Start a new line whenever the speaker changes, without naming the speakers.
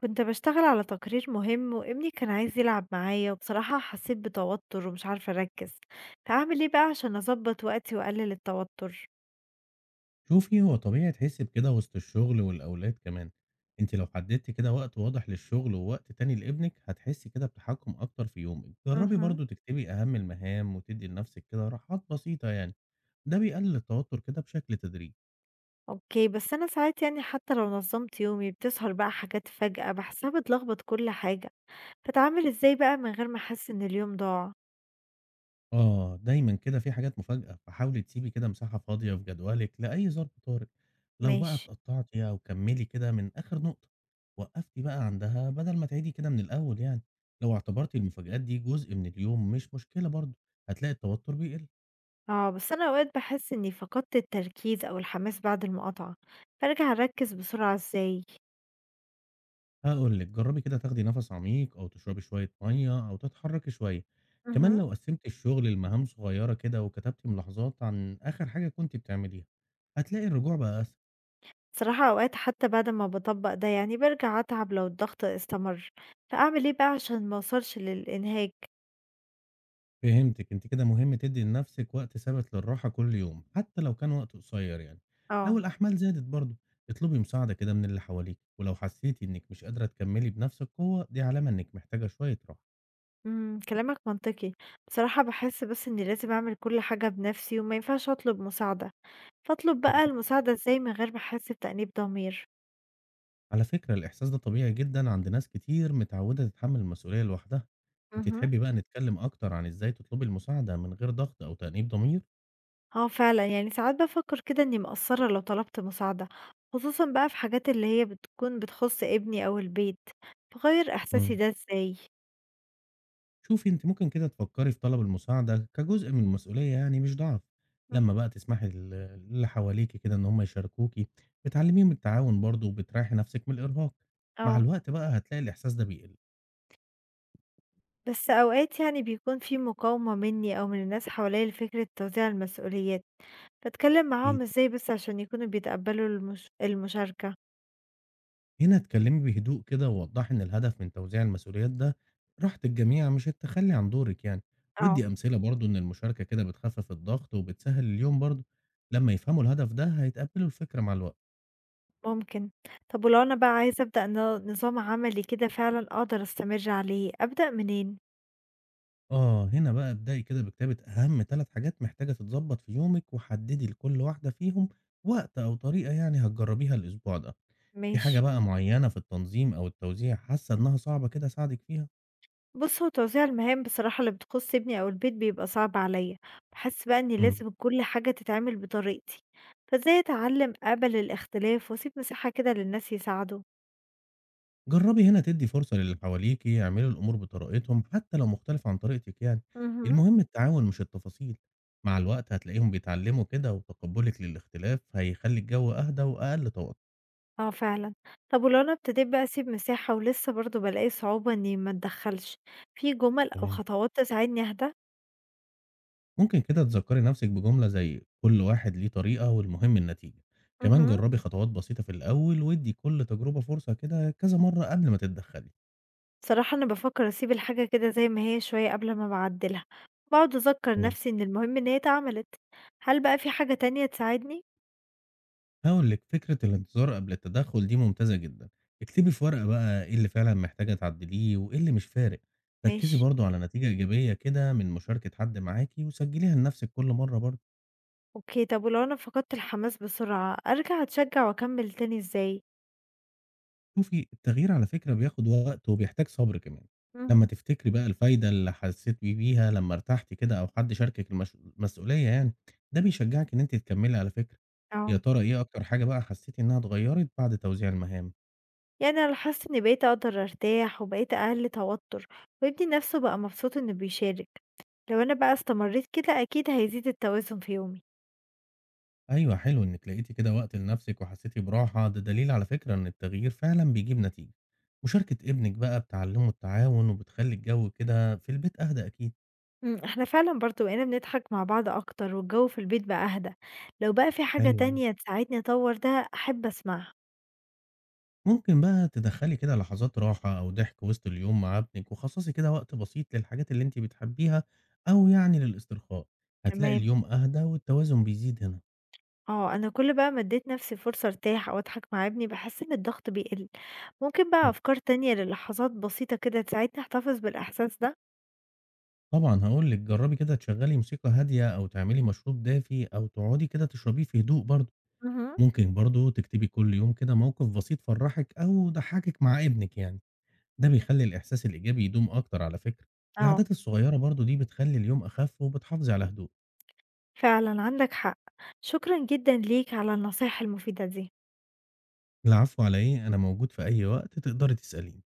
كنت بشتغل على تقرير مهم وابني كان عايز يلعب معايا وبصراحة حسيت بتوتر ومش عارفة أركز. فأعمل إيه بقى عشان أظبط وقتي وأقلل التوتر؟
شوفي هو طبيعي تحسي بكده وسط الشغل والأولاد كمان. انت لو حددتي كده وقت واضح للشغل ووقت تاني لابنك هتحسي كده بتحكم أكتر في يومك. جربي
مهم.
برضو تكتبي أهم المهام وتدي لنفسك كده راحات بسيطة يعني. ده بيقلل التوتر كده بشكل تدريجي.
أوكي، بس أنا ساعات يعني حتى لو نظمت يومي بتظهر بقى حاجات فجأة بحسها بتلخبط كل حاجة. فأتعامل إزاي بقى من غير ما أحس إن اليوم ضاع؟
آه، دايمًا كده في حاجات مفاجأة، فحاولي تسيبي كده مساحة فاضية في جدولِك لأي ظرف طارئ، لو بقى
ماشي.
اتقطعتِ أو كمّلي كده من آخر نقطة، وقّفتِ بقى عندها بدل ما تعيدي كده من الأول يعني، لو اعتبرتِ المفاجآت دي جزء من اليوم مش مشكلة برضه، هتلاقي التوتر بيقل.
اه بس أنا أوقات بحس إني فقدت التركيز أو الحماس بعد المقاطعة. فأرجع أركز بسرعة إزاي؟
هاقول لِك جرّبي كده تاخدي نَفَس عميق أو تشربي شوية مَيّة أو تتحرّكي شوية، كمان لو قسّمتِ الشغل لمهام صغيّرة كده وكتبتِ ملاحظات عن آخر حاجة كنتِ بتعمليها، هتلاقي الرجوع بقى أسهل.
بصراحة أوقات حتى بعد ما باطبّق ده يعني بارجع أتعب لو الضغط استمر، فأعمل إيه بقى عشان ما أوصلش للإنهاك؟
فهمتِك، أنتِ كده مهم تدّي لنفسِك وقت ثابت للراحة كل يوم، حتى لو كان وقت قصير يعني. لو
آه.
الأحمال زادت برضه، اطلبي مساعدة كده من اللي حواليكِ، ولو حسيتِ إنِّك مش قادرة تكمّلي بنفس القوة، دي علامة إنِّك محتاجة شوية راحة.
كلامك منطقي، بصراحة باحس بس إني لازم أعمل كل حاجة بنفسي وما ينفعش أطلب مساعدة، فأطلب
اهم.
بقى المساعدة إزاي من غير ما أحس بتأنيب ضمير؟
على فكرة الإحساس ده طبيعي جدًا عند ناس كتير متعودة تتحمّل المسؤولية لوحدها. أنتِ
اهم.
تحبي بقى نتكلم أكتر عن إزاي تطلبي المساعدة من غير ضغط أو تأنيب ضمير؟
آه فعلًا، يعني ساعات بافكر كده إني مقصّرة لو طلبت مساعدة، خصوصًا بقى في حاجات اللي هي بتكون بتخص ابني أو البيت، فأغيّر إحساسي
إمم.
ده إزاي؟
شوفي أنتِ ممكن كده تفكّري في طلب المساعدة كجزء من المسؤولية يعني مش ضعف، لمّا
اهم.
بقى تسمحي للي حواليكِ كده إن هُم يشاركوكِ، بتعلّميهم التعاون برضه وبتريّحي نَفْسِك من الإرهاق، مع
آه.
الوقت بقى هتلاقي الإحساس ده بيقل،
بس أوقات يعني بيكون في مقاومة مني أو من الناس حواليا لفكرة توزيع المسؤوليات. بتكلم
إيه،
معاهم ازاي بس عشان يكونوا بيتقبلوا المشاركة؟
هنا اتكلّمي بهدوء كده ووضّحي إن الهدف من توزيع المسؤوليات ده راحة الجميع مش التخلّي عن دورِك يعني،
اه.
وادّي أمثلة برضه إن المشاركة كده بتخفّف الضغط وبتسهّل اليوم برضه، لمّا يفهموا الهدف ده هيتقبّلوا الفكرة مع الوقت.
ممكن. طب ولو أنا بقى عايزة أبدأ نظام عملي كده فعلا أقدر أستمر عليه، أبدأ منين؟
آه، هنا بقى ابدئي كده بكتابة أهم 3 حاجات محتاجة تتضبط في يومِك، وحددي لكل واحدة فيهم وقت أو طريقة يعني هتجربيها الأسبوع ده. في
ماشي.
حاجة بقى معينة في التنظيم أو التوزيع حاسة إنها صعبة كده أساعدِك فيها؟
بص هو توزيع المهام بصراحة اللي بتخص ابني أو البيت بيبقى صعب عليا. بحس بقى إني
إمم،
لازم كل حاجة تتعمل بطريقتي. فازاي أتعلم أقبل الاختلاف وأسيب مساحة كده للناس يساعدوا؟
جربي هنا تدي فرصة للي حواليكِ يعملوا الأمور بطريقتهم حتى لو مختلفة عن طريقتِك يعني،
مهم.
المهم التعاون مش التفاصيل، مع الوقت هتلاقيهم بيتعلموا كده وتقبلِك للاختلاف هيخلي الجو أهدى وأقل توتر.
آه فعلًا. طب ولو أنا ابتديت بقى أسيب مساحة ولسه برضه بالاقي صعوبة إني ما أتدخّلش، في جُمل أو
تمام.
خطوات تساعدني أهدى؟
ممكن كده تذكري نفسك بجملة زي كل واحد ليه طريقة والمهم النتيجة. كمان
اهم.
جربي خطوات بسيطة في الأول وادي كل تجربة فرصة كده كذا مرة قبل ما تتدخلي.
بصراحة أنا بافكّر أسيب الحاجة كده زي ما هي شوية قبل ما باعدّلها، باقعد أذكّر
كويس.
نفسي إن المهم إن هي اتعملت. هل بقى في حاجة تانية تساعدني؟
هقول لك فكرة الانتظار قبل التدخل دي ممتازة جدا. اكتبي في ورقة بقى ايه اللي فعلا محتاجة تعدليه وايه اللي مش فارق. ركزي
ماشي.
برضو على نتيجة إيجابية كده من مشاركة حد معاكي وسجليها لنفسك كل مرة برضو.
أوكي. طب ولو أنا فقدت الحماس بسرعة، أرجع أتشجّع وأكمّل تاني إزاي؟
شوفي التغيير على فكرة بياخد وقت وبيحتاج صبر كمان.
اهم.
لما تفتكري بقى الفايدة اللي حسيت بيها لما ارتحتي كده أو حد شاركك المسؤولية يعني ده بيشجعك إن أنت تكملي على فكرة. يا
آه.
ترى إيه أكتر حاجة بقى حسيتي إنها اتغيرت بعد توزيع المهام؟
يعني أنا لاحظت إني بقيت أقدر أرتاح وبقيت أقل توتر. وابني نفسه بقى مبسوط إنه بيشارك. لو أنا بقى استمريت كده أكيد هيزيد التوازن في يومي.
أيوة حلو إنك لقيتي كده وقت لنفسك وحسيتي براحة ده دليل على فكرة إن التغيير فعلا بيجيب نتيجة. مشاركة ابنك بقى بتعلمه التعاون وبتخلي الجو كده في البيت أهدى أكيد.
احنا فعلا برضو بقينا بنضحك مع بعض أكتر والجو في البيت بقى أهدى. لو بقى في حاجة
حلو أوي.
تانية تساعدني أطور ده أحب أسمعها.
ممكن بقى تدخّلي كده لحظات راحة أو ضحك وسط اليوم مع ابنِك، وخصّصي كده وقت بسيط للحاجات اللي أنتِ بتحبيها أو يعني للاسترخاء، هتلاقي
تمام.
اليوم أهدى والتوازن بيزيد هنا.
اه أنا كل بقى ما اديت نفسي فرصة أرتاح أو أضحك مع ابني بحس إن الضغط بيقل. ممكن بقى
إمم.
أفكار تانية للحظات بسيطة كده تساعدني أحتفظ بالإحساس ده؟
طبعًا هاقول لِك جرّبي كده تشغّلي موسيقى هادية أو تعملي مشروب دافي أو تقعدي كده تشربيه في هدوء برضه.
مهم.
ممكن برضه تكتبي كل يوم كده موقف بسيط فرّحِك أو ضحّكِك مع ابنِك يعني، ده بيخلّي الإحساس الإيجابي يدوم أكتر على فكرة.
اه
العادات الصغيّرة برضه دي بتخلّي اليوم أخف وبتحافظي على هدوء.
فعلًا عندك حق، شكرًا جدًا ليك على النصايح المفيدة دي.
العفو على إيه، أنا موجود في أي وقت تقدري تسأليني.